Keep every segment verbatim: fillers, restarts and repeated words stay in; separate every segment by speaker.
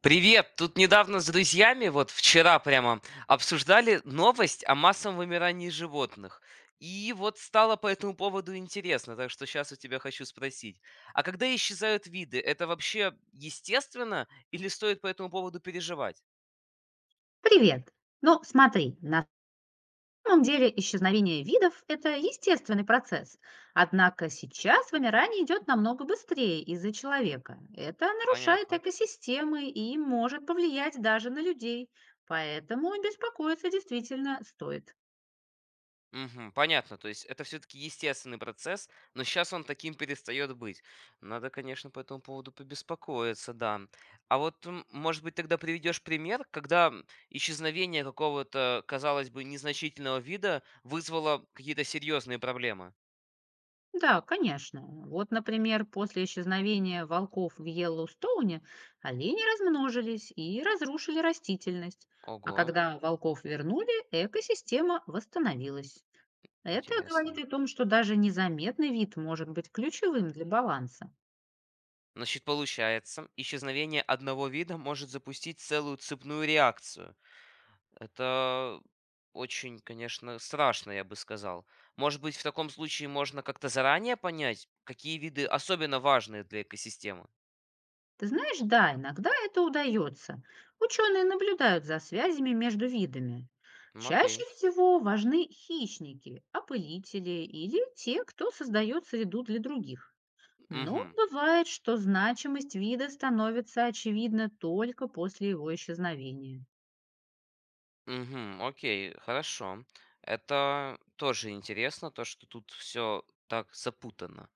Speaker 1: Привет! Тут недавно с друзьями, вот вчера прямо, обсуждали новость о массовом вымирании животных. И вот стало по этому поводу интересно, так что сейчас у тебя хочу спросить. А когда исчезают виды, это вообще естественно или стоит по этому поводу переживать?
Speaker 2: Привет! Ну, смотри, на самом деле исчезновение видов– это естественный процесс. Однако сейчас вымирание идет намного быстрее из-за человека. Это нарушает
Speaker 1: Понятно.
Speaker 2: экосистемы и может повлиять даже на людей. Поэтому беспокоиться действительно стоит.
Speaker 1: Мгм. Понятно, то есть это все-таки естественный процесс, но сейчас он таким перестает быть. Надо, конечно, по этому поводу побеспокоиться, да. А вот, м, может быть, тогда приведешь пример, когда м, исчезновение какого-то, казалось бы, незначительного вида вызвало какие-то серьезные проблемы?
Speaker 2: Да, конечно. Вот, например, после исчезновения волков в Йеллоустоуне олени размножились и разрушили растительность. А
Speaker 1: Ого,
Speaker 2: когда волков вернули, экосистема восстановилась. Это говорит
Speaker 1: интересно.
Speaker 2: о том, что даже незаметный вид может быть ключевым для баланса.
Speaker 1: Значит, получается, исчезновение одного вида может запустить целую цепную реакцию. Это очень, конечно, страшно, я бы сказал. Может быть, в таком случае можно как-то заранее понять, какие виды особенно важны для экосистемы?
Speaker 2: Ты знаешь, да, иногда это удается. Ученые наблюдают за связями между видами.
Speaker 1: М,
Speaker 2: Чаще
Speaker 1: Окей.
Speaker 2: всего важны хищники, опылители или те, кто создает среду для других. Но
Speaker 1: Угу.
Speaker 2: бывает, что значимость вида становится очевидна только после его исчезновения.
Speaker 1: Угу. Окей, хорошо. Это тоже интересно, то, что тут все так запутано.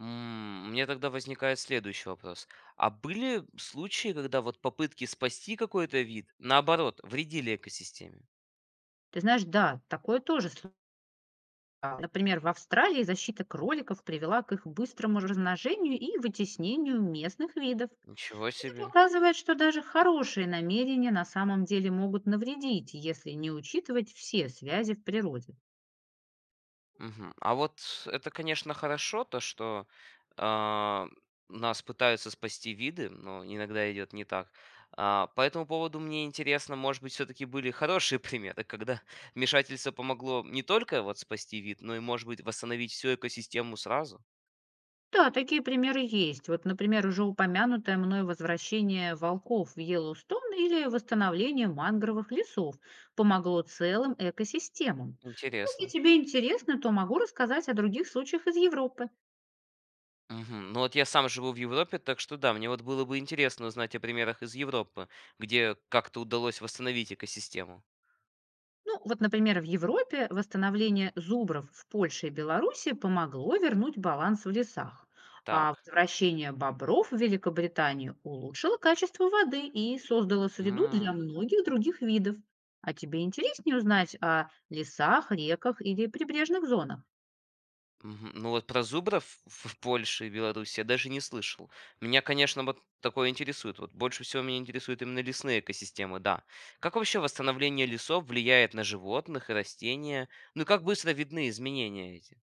Speaker 1: М, Мне тогда возникает следующий вопрос. А были случаи, когда вот попытки спасти какой-то вид, наоборот, вредили экосистеме?
Speaker 2: Ты знаешь, да, такое тоже. Например, в Австралии защита кроликов привела к их быстрому размножению и вытеснению местных видов.
Speaker 1: Ничего
Speaker 2: Это
Speaker 1: себе.
Speaker 2: показывает, что даже хорошие намерения на самом деле могут навредить, если не учитывать все связи в природе.
Speaker 1: Мгм. А вот это, конечно, хорошо, то, что а, нас пытаются спасти виды, но иногда идет не так. А, по этому поводу мне интересно, может быть, все-таки были хорошие примеры, когда вмешательство помогло не только вот спасти вид, но и, может быть, восстановить всю экосистему сразу.
Speaker 2: Да, такие примеры есть. Вот, например, уже упомянутое мной возвращение волков в Йеллоустон или восстановление мангровых лесов помогло целым экосистемам. Ну,
Speaker 1: Интересно.
Speaker 2: Если тебе интересно, то могу рассказать о других случаях из Европы.
Speaker 1: Мгм. Ну вот я сам живу в Европе, так что да, мне вот было бы интересно узнать о примерах из Европы, где как-то удалось восстановить экосистему.
Speaker 2: Ну, вот, например, в Европе восстановление зубров в Польше и Беларуси помогло вернуть баланс в лесах, а
Speaker 1: Так.
Speaker 2: возвращение бобров в Великобританию улучшило качество воды и создало среду для многих других видов. А тебе интереснее узнать о лесах, реках или прибрежных зонах?
Speaker 1: Мгм. Ну вот про зубров в в Польше и Беларуси я даже не слышал. Меня, конечно, вот такое интересует. Вот больше всего меня интересуют именно лесные экосистемы, да. Как вообще восстановление лесов влияет на животных и растения? Ну и как быстро видны изменения эти?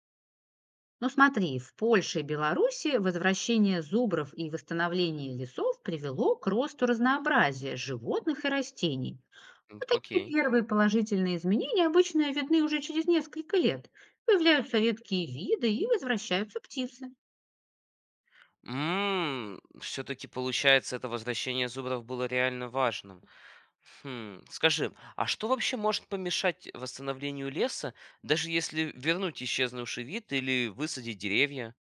Speaker 2: Ну смотри, в Польше и Беларуси возвращение зубров и восстановление лесов привело к росту разнообразия животных и растений.
Speaker 1: М,
Speaker 2: А такие
Speaker 1: Окей.
Speaker 2: первые положительные изменения обычно видны уже через несколько лет. Появляются редкие виды и возвращаются птицы.
Speaker 1: Все-таки получается, это возвращение зубров было реально важным. Хм, скажи, а что вообще может помешать восстановлению леса, даже если вернуть исчезнувший вид или высадить деревья?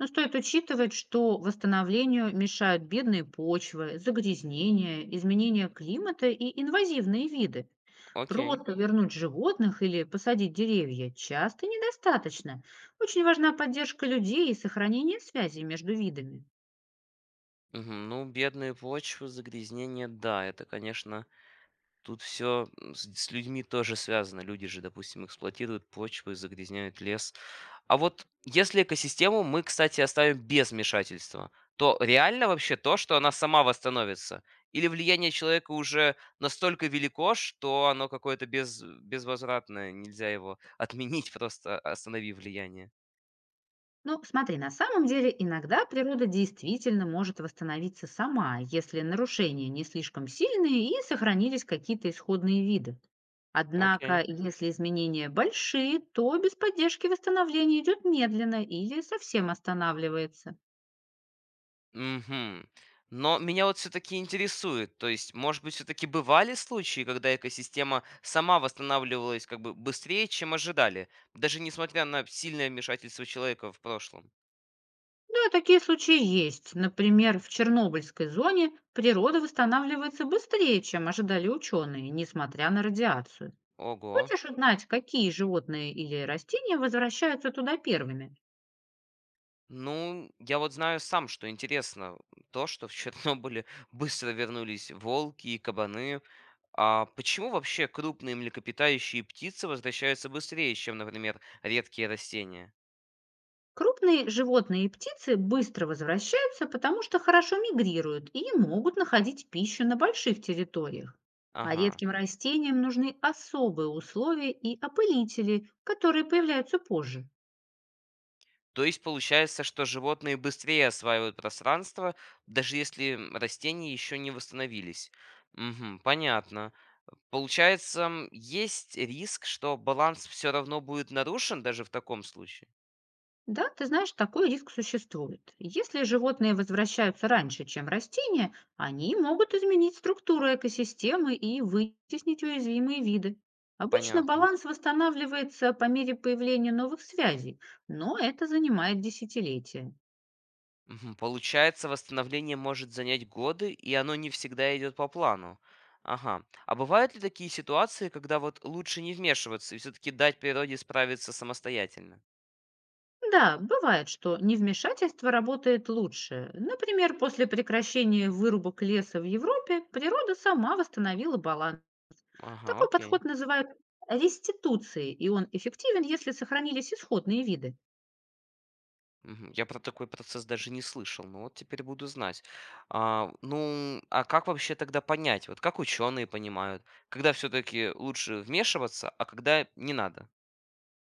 Speaker 2: Но стоит учитывать, что восстановлению мешают бедные почвы, загрязнения, изменения климата и инвазивные виды.
Speaker 1: Окей.
Speaker 2: Просто вернуть животных или посадить деревья часто недостаточно. Очень важна поддержка людей и сохранение связей между видами.
Speaker 1: Мгм. Ну, бедные почвы, загрязнение, да, это, конечно, тут все с, с людьми тоже связано. Люди же, допустим, эксплуатируют почвы, загрязняют лес. А вот если экосистему мы, кстати, оставим без вмешательства, то реально вообще то, что она сама восстановится? Или влияние человека уже настолько велико, что оно какое-то без, безвозвратное, нельзя его отменить, просто остановив влияние?
Speaker 2: Ну, смотри, на самом деле иногда природа действительно может восстановиться сама, если нарушения не слишком сильные и сохранились какие-то исходные виды.
Speaker 1: Окей.
Speaker 2: Однако, если изменения большие, то без поддержки восстановление идет медленно или совсем останавливается.
Speaker 1: Мгм. Но меня вот все-таки интересует, то есть, может быть, все-таки бывали случаи, когда экосистема сама восстанавливалась как бы быстрее, чем ожидали, даже несмотря на сильное вмешательство человека в прошлом?
Speaker 2: Да, такие случаи есть. Например, в Чернобыльской зоне природа восстанавливается быстрее, чем ожидали ученые, несмотря на радиацию.
Speaker 1: Ого.
Speaker 2: Хочешь узнать, какие животные или растения возвращаются туда первыми?
Speaker 1: Ну, я вот знаю сам, что интересно, то, что в Чернобыле быстро вернулись волки и кабаны. А почему вообще крупные млекопитающие и птицы возвращаются быстрее, чем, например, редкие растения?
Speaker 2: Крупные животные и птицы быстро возвращаются, потому что хорошо мигрируют и могут находить пищу на больших территориях. А
Speaker 1: Ага.
Speaker 2: редким растениям нужны особые условия и опылители, которые появляются позже.
Speaker 1: То есть получается, что животные быстрее осваивают пространство, даже если растения еще не восстановились. Мгм, понятно. Получается, м, есть риск, что баланс все равно будет нарушен даже в таком случае.
Speaker 2: Да, ты знаешь, такой риск существует. Если животные возвращаются раньше, чем растения, они могут изменить структуру экосистемы и вытеснить уязвимые виды. Обычно
Speaker 1: Понятно.
Speaker 2: баланс восстанавливается по мере появления новых связей, но это занимает десятилетия.
Speaker 1: Мгм, получается, восстановление может занять годы, и оно не всегда идет по плану. Ага. А бывают ли такие ситуации, когда вот лучше не вмешиваться и все-таки дать природе справиться самостоятельно?
Speaker 2: Да, бывает, что невмешательство работает лучше. Например, после прекращения вырубок леса в Европе природа сама восстановила баланс.
Speaker 1: Ага,
Speaker 2: Такой
Speaker 1: окей.
Speaker 2: подход называют реституцией, и он эффективен, если сохранились исходные виды.
Speaker 1: Мгм. Я про такой процесс даже не слышал, но вот теперь буду знать. А, ну, а как вообще тогда понять? Вот как ученые понимают, когда все-таки лучше вмешиваться, а когда не надо?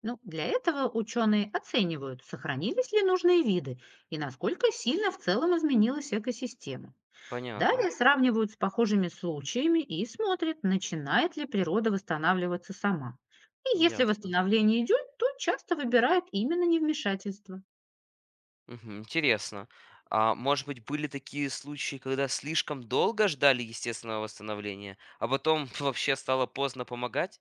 Speaker 2: Ну, для этого ученые оценивают, сохранились ли нужные виды и насколько сильно в целом изменилась экосистема.
Speaker 1: Понятно,
Speaker 2: Далее сравнивают с похожими случаями и смотрят, начинает ли природа восстанавливаться сама. И если
Speaker 1: ясно.
Speaker 2: восстановление идет, то часто выбирают именно невмешательство.
Speaker 1: Мгм, интересно. А может быть, были такие случаи, когда слишком долго ждали естественного восстановления, а потом вообще стало поздно помогать?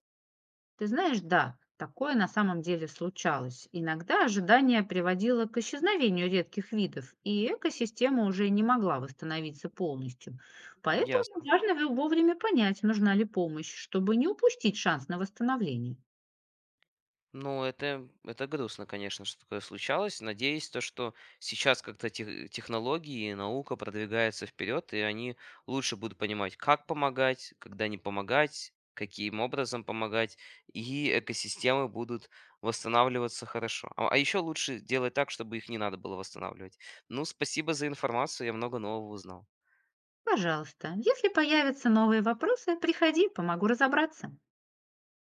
Speaker 2: Ты знаешь, да, такое на самом деле случалось. Иногда ожидание приводило к исчезновению редких видов, и экосистема уже не могла восстановиться полностью. Поэтому
Speaker 1: Ясно.
Speaker 2: важно вовремя понять, нужна ли помощь, чтобы не упустить шанс на восстановление.
Speaker 1: Ну, это, это грустно, конечно, что такое случалось. Надеюсь, то, что сейчас как-то тех- технологии и наука продвигаются вперед, и они лучше будут понимать, как помогать, когда не помогать, каким образом помогать, и экосистемы будут восстанавливаться хорошо. А, а еще лучше делать так, чтобы их не надо было восстанавливать. Ну, спасибо за информацию, я много нового узнал.
Speaker 2: Пожалуйста, если появятся новые вопросы, приходи, помогу разобраться.